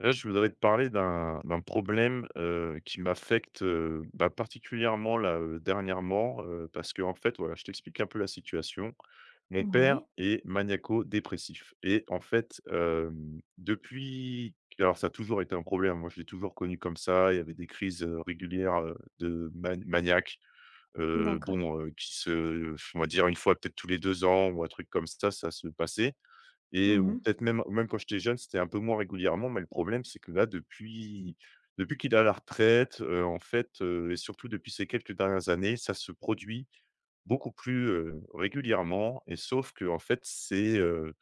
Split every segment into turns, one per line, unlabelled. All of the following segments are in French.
Là, je voudrais te parler d'un problème, qui m'affecte, bah, particulièrement là, dernièrement, parce que en fait, voilà, je t'explique un peu la situation. Mon père
Ouais,
est maniaco-dépressif et en fait, depuis alors ça a toujours été un problème, moi je l'ai toujours connu comme ça. Il y avait des crises, régulières, de maniaque,
d'accord.
bon, qui se on va dire une fois peut-être tous les 2 ans ou un truc comme ça se passait et ou
Mhm,
peut-être même quand j'étais jeune, c'était un peu moins régulièrement, mais le problème, c'est que là, depuis qu'il est à la retraite, en fait, et surtout depuis ces quelques dernières années, ça se produit beaucoup plus, régulièrement et sauf que en fait, euh,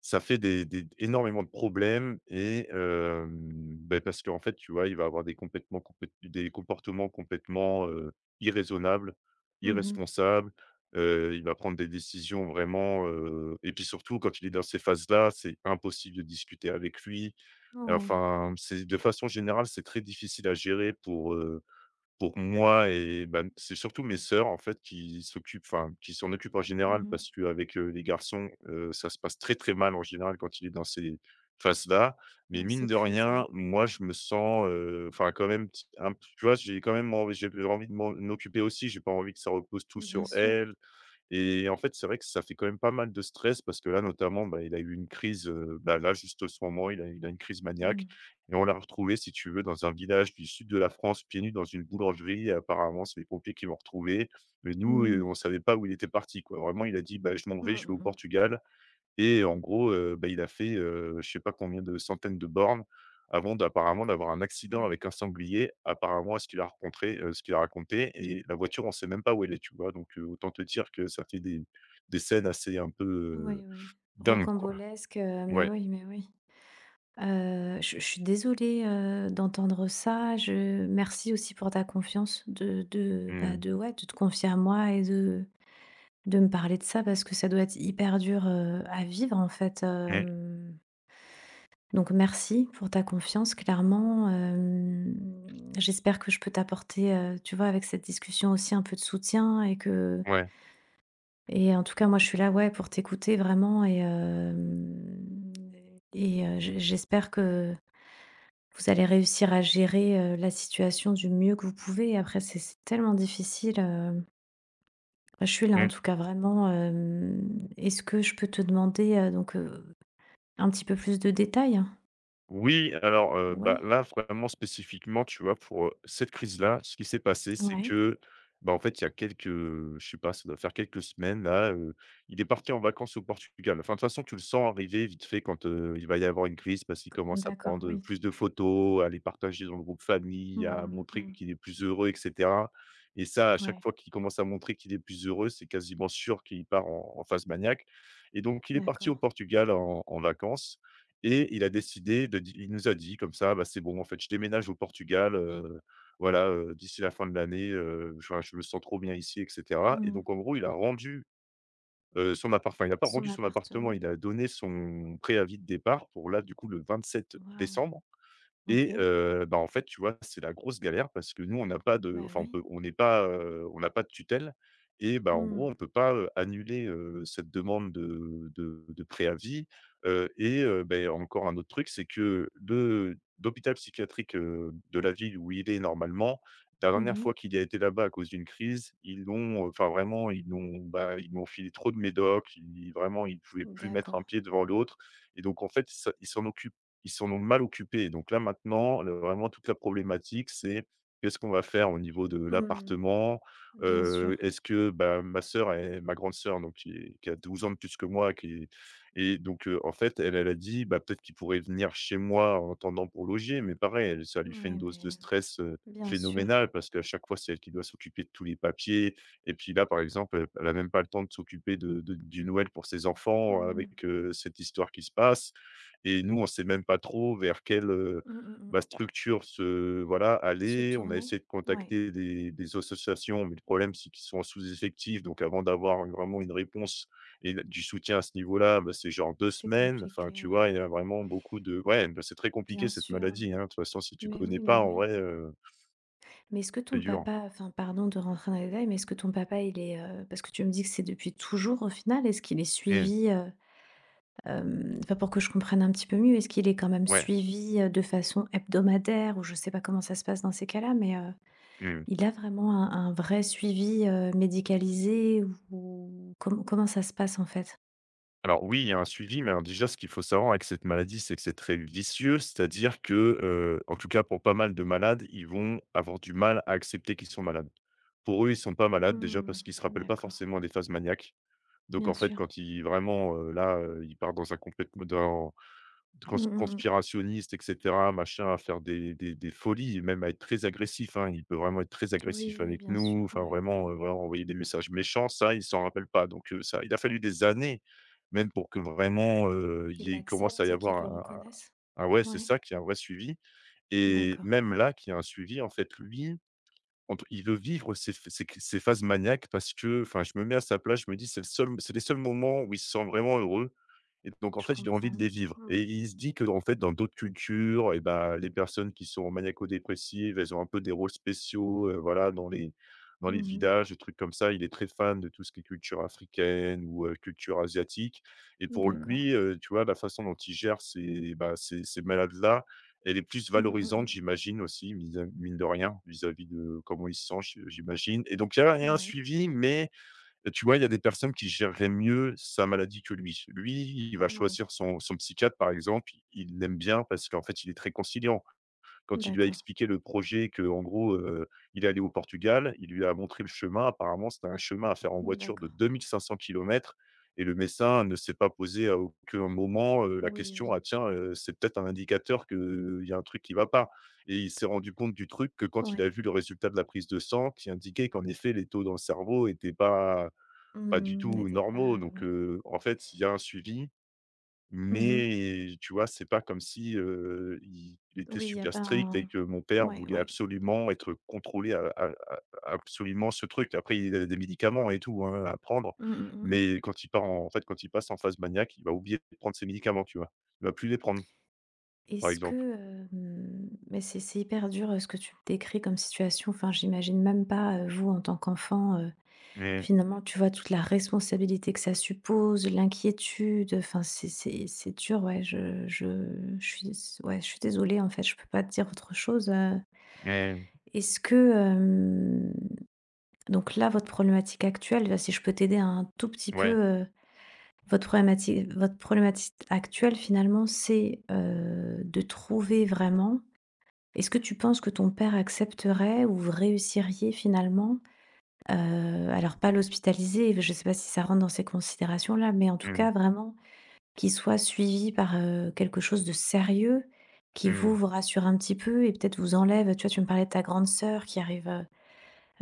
ça fait des énormément de problèmes et beh, parce qu'en fait, tu vois, il va avoir des comportements complètement, irraisonnables,
mhm. Mmh
irresponsables, il va prendre des décisions vraiment, et puis surtout quand il est dans ces phases-là, c'est impossible de discuter avec lui.
mh. Ouais.
Enfin, c'est de façon générale, c'est très difficile à gérer pour moi et bah, c'est surtout mes sœurs, en fait, qui s'en occupent en général
Mmh.
parce qu'avec, les garçons, ça se passe très, très mal en général quand il est dans ces phases-là. Mais
Dans
mine
ces
de
crises, ouais.
rien, moi, je me sens, enfin, quand même, t un p tu vois, j'ai envie de m'en occuper aussi. J'ai pas envie que ça repose tout
Bien
sur
sûr.
elles. Et en fait, c'est vrai que ça fait quand même pas mal de stress parce que là, notamment, bah, il a eu une crise, bah, là, juste en ce moment, il a une crise maniaque
Mmh.
et on l'a retrouvé, si tu veux, dans un village du sud de la France, pieds nus dans une boulangerie et apparemment, c'est les pompiers qui l'ont retrouvé. Mais nous,
Mmh.
on savait pas où il était parti, quoi. Vraiment, il a dit: «Bah, je m'en
Mmh
vais,
mh,
je vais au
mmh.
Portugal». Et en gros, bah, il a fait, je sais pas combien de centaines de bornes avant d'avoir un
Incroyable.
accident
Ouais.
avec un sanglier, apparemment à ce qu'il a rencontré, ce qu'il a raconté et la voiture, on sait même pas où elle est, tu vois? Donc autant te dire que ça fait des scènes assez un peu,
Oui, oui.
dingues, quoi.
Rocambolesque, mais
Ouais.
oui, mais oui. Je suis désolée, d'entendre ça. Je merci aussi pour ta confiance de de,
Mmh
bah,
mh.
de ouais, de te confier à moi et de me parler de ça parce que ça doit être hyper dur, à vivre en fait,
Mmh.
hem. Donc merci pour ta confiance, clairement, hem, j'espère que je peux t'apporter, tu vois, avec cette discussion aussi un peu de soutien et que
Ouais.
et en tout cas, moi, je suis là, ouais, pour t'écouter vraiment et hem et j'espère que vous allez réussir à gérer, la situation du mieux que vous pouvez. Après c'est tellement difficile, bah, je suis là, en
Mmh.
tout cas, vraiment, hem, est-ce que je peux te demander, donc un petit peu plus de détails?
Oui, alors, bah,
Ouais,
là, vraiment spécifiquement, tu vois, pour, cette crise-là, ce qui s'est passé,
ouais,
bah, en fait, il y a quelques, je sais pas, ça doit faire quelques semaines là, il est parti en vacances au Portugal. Enfin, de toute façon, tu le sens arriver vite fait quand, il va y avoir une crise parce qu'il commence à
d'accord,
prendre,
oui.
plus de photos, à les partager dans le groupe famille, à
Mmh
montrer
mh.
qu'il est plus heureux et cetera et ça, à chaque
Ouais,
fois qu'il commence à montrer qu'il est plus heureux, c'est quasiment sûr qu'il part en phase maniaque et donc il est parti au
d'accord.
Portugal en vacances. Et il a décidé de di il nous a dit comme ça: «Bah, c'est bon en fait, je déménage au Portugal, voilà, d'ici la fin de l'année, enfin, je me sens trop bien ici» et cetera. Et
Mmh.
donc en gros, il a rendu, son appart enfin, il n'a pas
Son
rendu son appartement,
appartement?
il a donné son préavis de départ pour là, du coup, le 27
Waouh!
décembre.
OK.
Et bah, en fait, tu vois, c'est la grosse galère parce que nous,
Bah, oui.
on n'est pas, on n'a pas de tutelle et bah, en gros,
Mmh.
on ne peut pas, annuler, cette demande de de préavis, et beh, encore un autre truc, c'est que le l'hôpital psychiatrique, de la ville où il est normalement, la dernière
Mmh.
fois qu'il a été là-bas à cause d'une crise, ils l'ont, enfin, vraiment, ils l'ont, bah, ils m'ont filé trop de médocs, ils vraiment, il pouvaient plus mettre
D'accord.
un pied devant l'autre et donc en fait, il s'en occupe ils s'en ont mal occupés. Donc là, maintenant, le vraiment toute la problématique, c'est qu'est-ce qu'on va faire au niveau de
Mmh.
l'appartement?
Bien sûr.
Est-ce que, bah, ma grande sœur, donc qui a 12 ans de plus que moi, qui est et donc en fait, elle a dit: «Bah, peut-être qu'il pourrait venir chez moi en attendant pour loger», mais pareil, elle ça lui fait
Ouais,
une dose de
mais
stress,
bien sûr.
phénoménale parce qu'à chaque fois, c'est elle qui doit s'occuper de tous les papiers et puis là, par exemple, elle a même pas le temps de s'occuper de du Noël pour ses enfants
Mmh.
avec, cette histoire qui se passe et nous, on sait même pas trop vers quelle,
Mmh mh mh.
bah, structure se voilà,
Se
aller. On a
tourner?
essayé de
Ouais,
contacter des associations, mais le problème, c'est qu'ils sont en sous-effectif, donc avant d'avoir vraiment une réponse et d du soutien à ce niveau-là, bah, c'est genre deux
c'est
semaines. Enfin,
compliqué,
tu
ouais.
vois, il y a vraiment beaucoup de ouais, bah, c'est très compliqué
Bien
cette
sûr.
maladie, hein. De toute façon, si tu
Mais
connais
oui, mais
pas, en
oui.
vrai,
Mais est-ce que
c'est
ton
dur.
papa enfin, pardon de rentrer dans les détails, mais est-ce que ton papa, il est, parce que tu me dis que c'est depuis toujours au final, est-ce qu'il est
Mmh.
suivi, hem, enfin, pour que je comprenne un petit peu mieux, est-ce qu'il est quand même
Ouais.
suivi, de façon hebdomadaire ou je sais pas comment ça se passe dans ces cas-là, mais,
Mmh.
il a vraiment un vrai suivi, médicalisé ou comment ça se passe en fait?
Alors oui, il y a un suivi, mais alors déjà, ce qu'il faut savoir avec cette maladie, c'est que c'est très vicieux, c'est-à-dire que, en tout cas pour pas mal de malades, ils vont avoir du mal à accepter qu'ils sont malades. Pour eux, ils sont pas malades, déjà
Mmh,
parce qu'ils se rappellent pas
d'accord,
forcément des phases maniaques. Donc
bien
en fait,
sûr.
quand ils vraiment, là, ils partent dans un complètement dans Cons
Mmh mh mh.
conspirationniste et cetera, machin, à faire des folies et même à être très agressif, hein. Il peut vraiment être très
Oui,
agressif
oui, oui,
avec
bien sûr,
nous, enfin
ouais, ouais.
vraiment, vraiment envoyer des messages méchants, ça, il s'en rappelle pas donc ça il a fallu des années, même pour que vraiment, il
Qu'ils
y ait commence à
l'acceptent
y
et
avoir
qu'ils le
un
reconnaissent?
un un ouais, c'est
Ouais,
ça, qu'il y ait un vrai suivi et
d'accord,
même là, qu'il y ait un suivi, en fait, lui, entre il veut vivre ses ph ses ses phases maniaques parce que, enfin, je me mets à sa place, je me dis: c'est les seuls moments où il se sent vraiment heureux». Et donc en
je
fait, il a envie de
comprends.
les vivre
Mmh.
et il se dit que en fait, dans d'autres cultures eh ben, les personnes qui sont maniaco-dépressives, elles ont un peu des rôles spéciaux, voilà, dans les
Mmh.
villages, des trucs comme ça. Il est très fan de tout ce qui est culture africaine ou, culture asiatique et pour
D'accord.
lui, tu vois, la façon dont il gère ces, bah, ces malades-là, elle est plus
Mmh mh
valorisante, j'imagine aussi, vis mine de rien, vis-à-vis de comment il se sent, j'imagine et donc il y a il y
mh.
a un
Ouais,
suivi mais et tu vois, il y a des personnes qui géreraient mieux sa maladie que lui. Lui, il va
oui,
choisir son psychiatre, par exemple, il l'aime bien parce qu'en fait, il est très conciliant. Quand il lui a
d'accord,
expliqué le projet que en gros, il est allé au Portugal, il lui a montré le chemin. Apparemment, c'était un chemin à faire en voiture de
d'accord.
2 500 kilomètres. Et le médecin ne s'est pas posé à aucun moment, la
Oui,
question:
oui,
«Ah tiens, c'est peut-être un indicateur qu'il y a un truc qui va pas» et il s'est rendu compte du truc que quand il
ouais.
a vu le résultat de la prise de sang qui indiquait qu'en effet les taux dans le cerveau n'étaient pas pas du
Mmh,
tout
n'était pas,
normaux donc
ouais.
en fait, il y a un suivi,
Mmh mh.
mais tu vois, c'est pas comme si, il était
Oui, il y a
super
pas
strict et
un
que mon père
ouais,
voulait
ouais.
absolument être contrôlé à absolument ce truc. Après, il a des médicaments et tout, hein, à prendre,
Mmh mh, mmh.
mais quand il passe en phase maniaque, il va oublier de prendre ses médicaments, tu vois? Il va plus les prendre, par
Est-ce
exemple.
que, hem, mais c'est hyper dur, ce que tu décris comme situation. Enfin, j'imagine même pas, vous, en tant qu'enfant,
Mmh,
finalement, tu vois, toute la responsabilité que ça suppose, l'inquiétude, enfin, c'est dur, ouais, je suis s ouais, je suis désolée, en fait, je peux pas te dire autre chose.
mmh,
Est-ce que, hem, donc là, votre problématique actuelle, là, si je peux t'aider un tout petit
ouais.
peu, heu. Votre problématique actuelle finalement, c'est, de trouver vraiment est-ce que tu penses que ton père accepterait ou vous réussiriez finalement, alors pas l'hospitaliser, je ne sais pas si ça rentre dans ces considérations-là, mais en tout cas
Mmh,
vraiment qu'il soit suivi par, quelque chose de sérieux qui vous,
mmh,
vous rassure un petit peu et peut-être vous enlève, tu vois, tu me parlais de ta grande sœur qui arrive,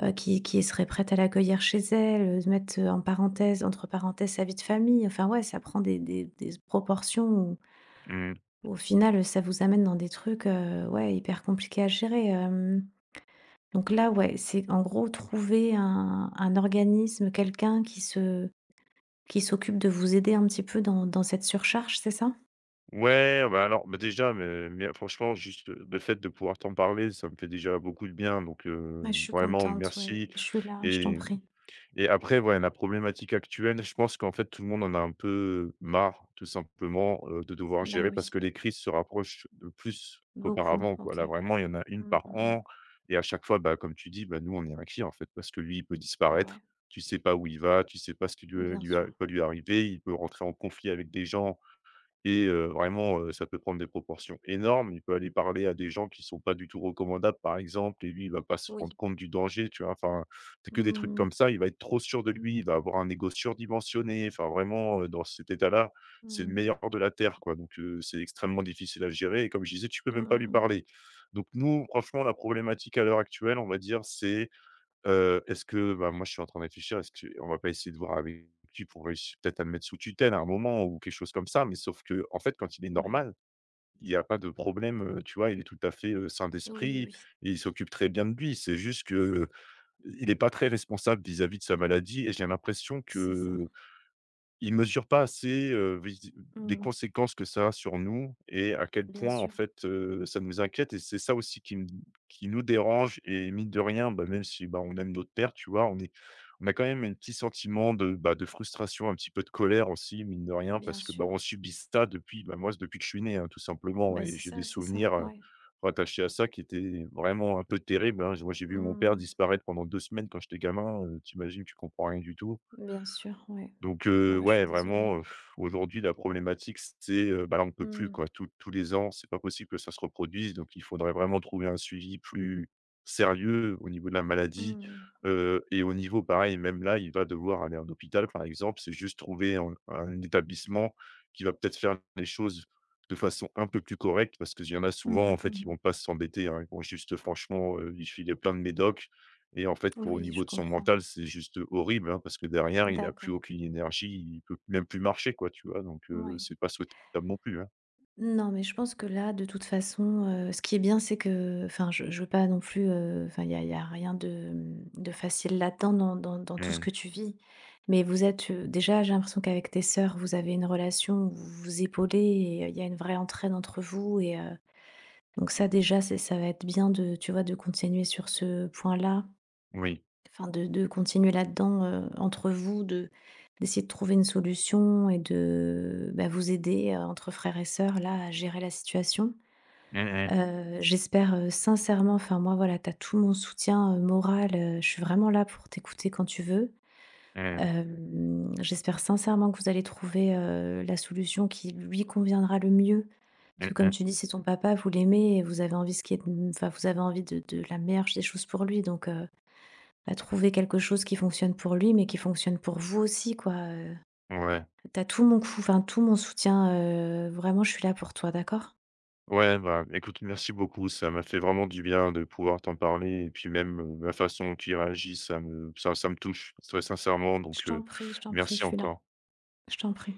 qui serait prête à l'accueillir chez elle, de mettre, en parenthèse entre parenthèses sa vie de famille. Enfin, ouais, ça prend des proportions où
mmh.
au final, ça vous amène dans des trucs, ouais, hyper compliqués à gérer, hem, donc là, ouais, c'est en gros trouver un organisme, quelqu'un qui se qui s'occupe de vous aider un petit peu dans cette surcharge, c'est ça?
Ouais, bah, alors, bah, déjà, mais franchement, juste, le fait de pouvoir t'en parler, ça me fait déjà beaucoup de bien donc
Bah, je suis
vraiment
contente, ouais,
merci
je suis là, je t'en
et
prie.
et après, ouais, la problématique actuelle, je pense qu'en fait, tout le monde en a un peu marre, tout simplement, de devoir
Bah,
gérer parce
oui,
que les crises se rapprochent de plus
beaucoup,
qu'auparavant, quoi.
OK.
Là, vraiment, il y en a une
Mmh, mmh
par
mh.
an et à chaque fois, bah, comme tu dis, bah, nous, on est inquiets, en fait, parce que lui, il peut
Bah, ouais,
disparaître. Tu sais pas où il va, tu sais pas ce qui
bien sûr.
lui arriver, il peut rentrer en conflit avec des gens et vraiment, ça peut prendre des proportions énormes. Il peut aller parler à des gens qui sont pas du tout recommandables, par exemple, et lui, il va pas se rendre
Oui.
compte du danger, tu vois? Enfin, c'est que des trucs
Mmh
comme
mh.
ça. Il va être trop sûr de lui, il va avoir un ego surdimensionné. Enfin, vraiment, dans cet état-là, c'est le
Mmh.
meilleur de la terre, quoi, donc c'est extrêmement difficile à gérer et comme je disais, tu peux
Mmh
même pas
mh,
lui
mmh.
parler. Donc nous, franchement, la problématique à l'heure actuelle, on va dire, c'est est-ce que bah, moi, je suis en train de réfléchir, est-ce qu'on va pas essayer de voir avec lui pour réussir peut-être à le mettre sous tutelle à un moment ou quelque chose comme ça? Mais sauf qu'en fait, quand il est
Ouais.
normal, il y a pas de problème, tu vois? Il est tout à fait, sain
Oui,
d'esprit
oui,
et il s'occupe très bien de lui. C'est juste que, il est pas très responsable vis-à-vis de sa maladie et j'ai l'impression
c'est ça.
que ils mesurent pas assez, visi les
Mmh.
conséquences que ça a sur nous et à quel
Bien
point, en
sûr,
fait, ça nous inquiète et c'est ça aussi qui nous dérange et mine de rien, bah, même si, bah, on aime notre père, tu vois? On a quand même un petit sentiment de, bah, de frustration, un petit peu de colère aussi, mine de rien,
bien
parce que, bah,
sûr.
on subit ça depuis, bah, moi, depuis que je suis né, hein, tout simplement
Bah,
et j'ai des
c'est ça,
souvenirs,
ouais.
rattachés à ça qui étaient vraiment un peu terribles, hein. Moi, j'ai vu mon père
Mmh.
disparaître pendant 2 semaines quand j'étais gamin, tu imagines, tu comprends rien du tout.
Bien sûr, ouais.
Donc
Bah, je suis
ouais,
désolée.
vraiment, aujourd'hui, la problématique, c'est, bah, là, on ne peut plus,
Mmh.
quoi. Tous les ans, c'est pas possible que ça se reproduise, donc il faudrait vraiment trouver un suivi plus sérieux au niveau de la maladie,
Mmh mh.
et au niveau pareil, même là, il va devoir aller en hôpital, par exemple. C'est juste trouver un établissement qui va peut-être faire les choses de façon un peu plus correcte parce qu'il y en a
Mmh
souvent, en fait, ils
mmh.
vont pas s'embêter, hein. Ils vont juste franchement, lui filer plein de médocs et en fait, pour au
Oui, je
niveau de son
comprends.
mental, c'est juste horrible, hein, parce que derrière, il a plus
D'accord,
aucune énergie, il peut même plus marcher, quoi, tu vois? Donc,
ouais.
c'est pas souhaitable non plus, hein.
Non, mais je pense que là, de toute façon, ce qui est bien, c'est que enfin, je veux pas non plus, enfin, il y a rien de, mmh, de facile là-dedans dans tout ce
Mmh,
que tu vis. Mais vous êtes, déjà, j'ai l'impression qu'avec tes sœurs, vous avez une relation où vous vous épaulez et il y a une vraie entraide entre vous et donc ça, déjà, c'est ça va être bien de tu vois, de continuer sur ce point-là,
oui.
enfin, de continuer là-dedans, entre vous, de d'essayer de trouver une solution et de, bah, vous aider, entre frères et sœurs, là, à gérer la situation.
Mmh mh.
J'espère, sincèrement enfin moi voilà, tu as tout mon soutien, moral, je suis vraiment là pour t'écouter quand tu veux.
Mmh.
Hem, j'espère sincèrement que vous allez trouver, la solution qui lui conviendra le mieux. Parce que
Mmh
comme
mh.
tu dis, c'est ton papa, vous l'aimez et vous avez envie ce qui est de enfin vous avez envie de la meilleure des choses pour lui donc bah, trouver quelque chose qui fonctionne pour lui, mais qui fonctionne pour vous aussi quoi.
Ouais.
Tu tout mon cou enfin tout mon soutien, vraiment je suis là pour toi, d'accord?
Ouais, bah, écoute, merci beaucoup. Ça m'a fait vraiment du bien de pouvoir t'en parler et puis même, la façon dont tu réagis, ça me touche très sincèrement,
Je
donc,
t'en prie, je t'en prie, je
merci
suis là.
encore.
Je t'en prie.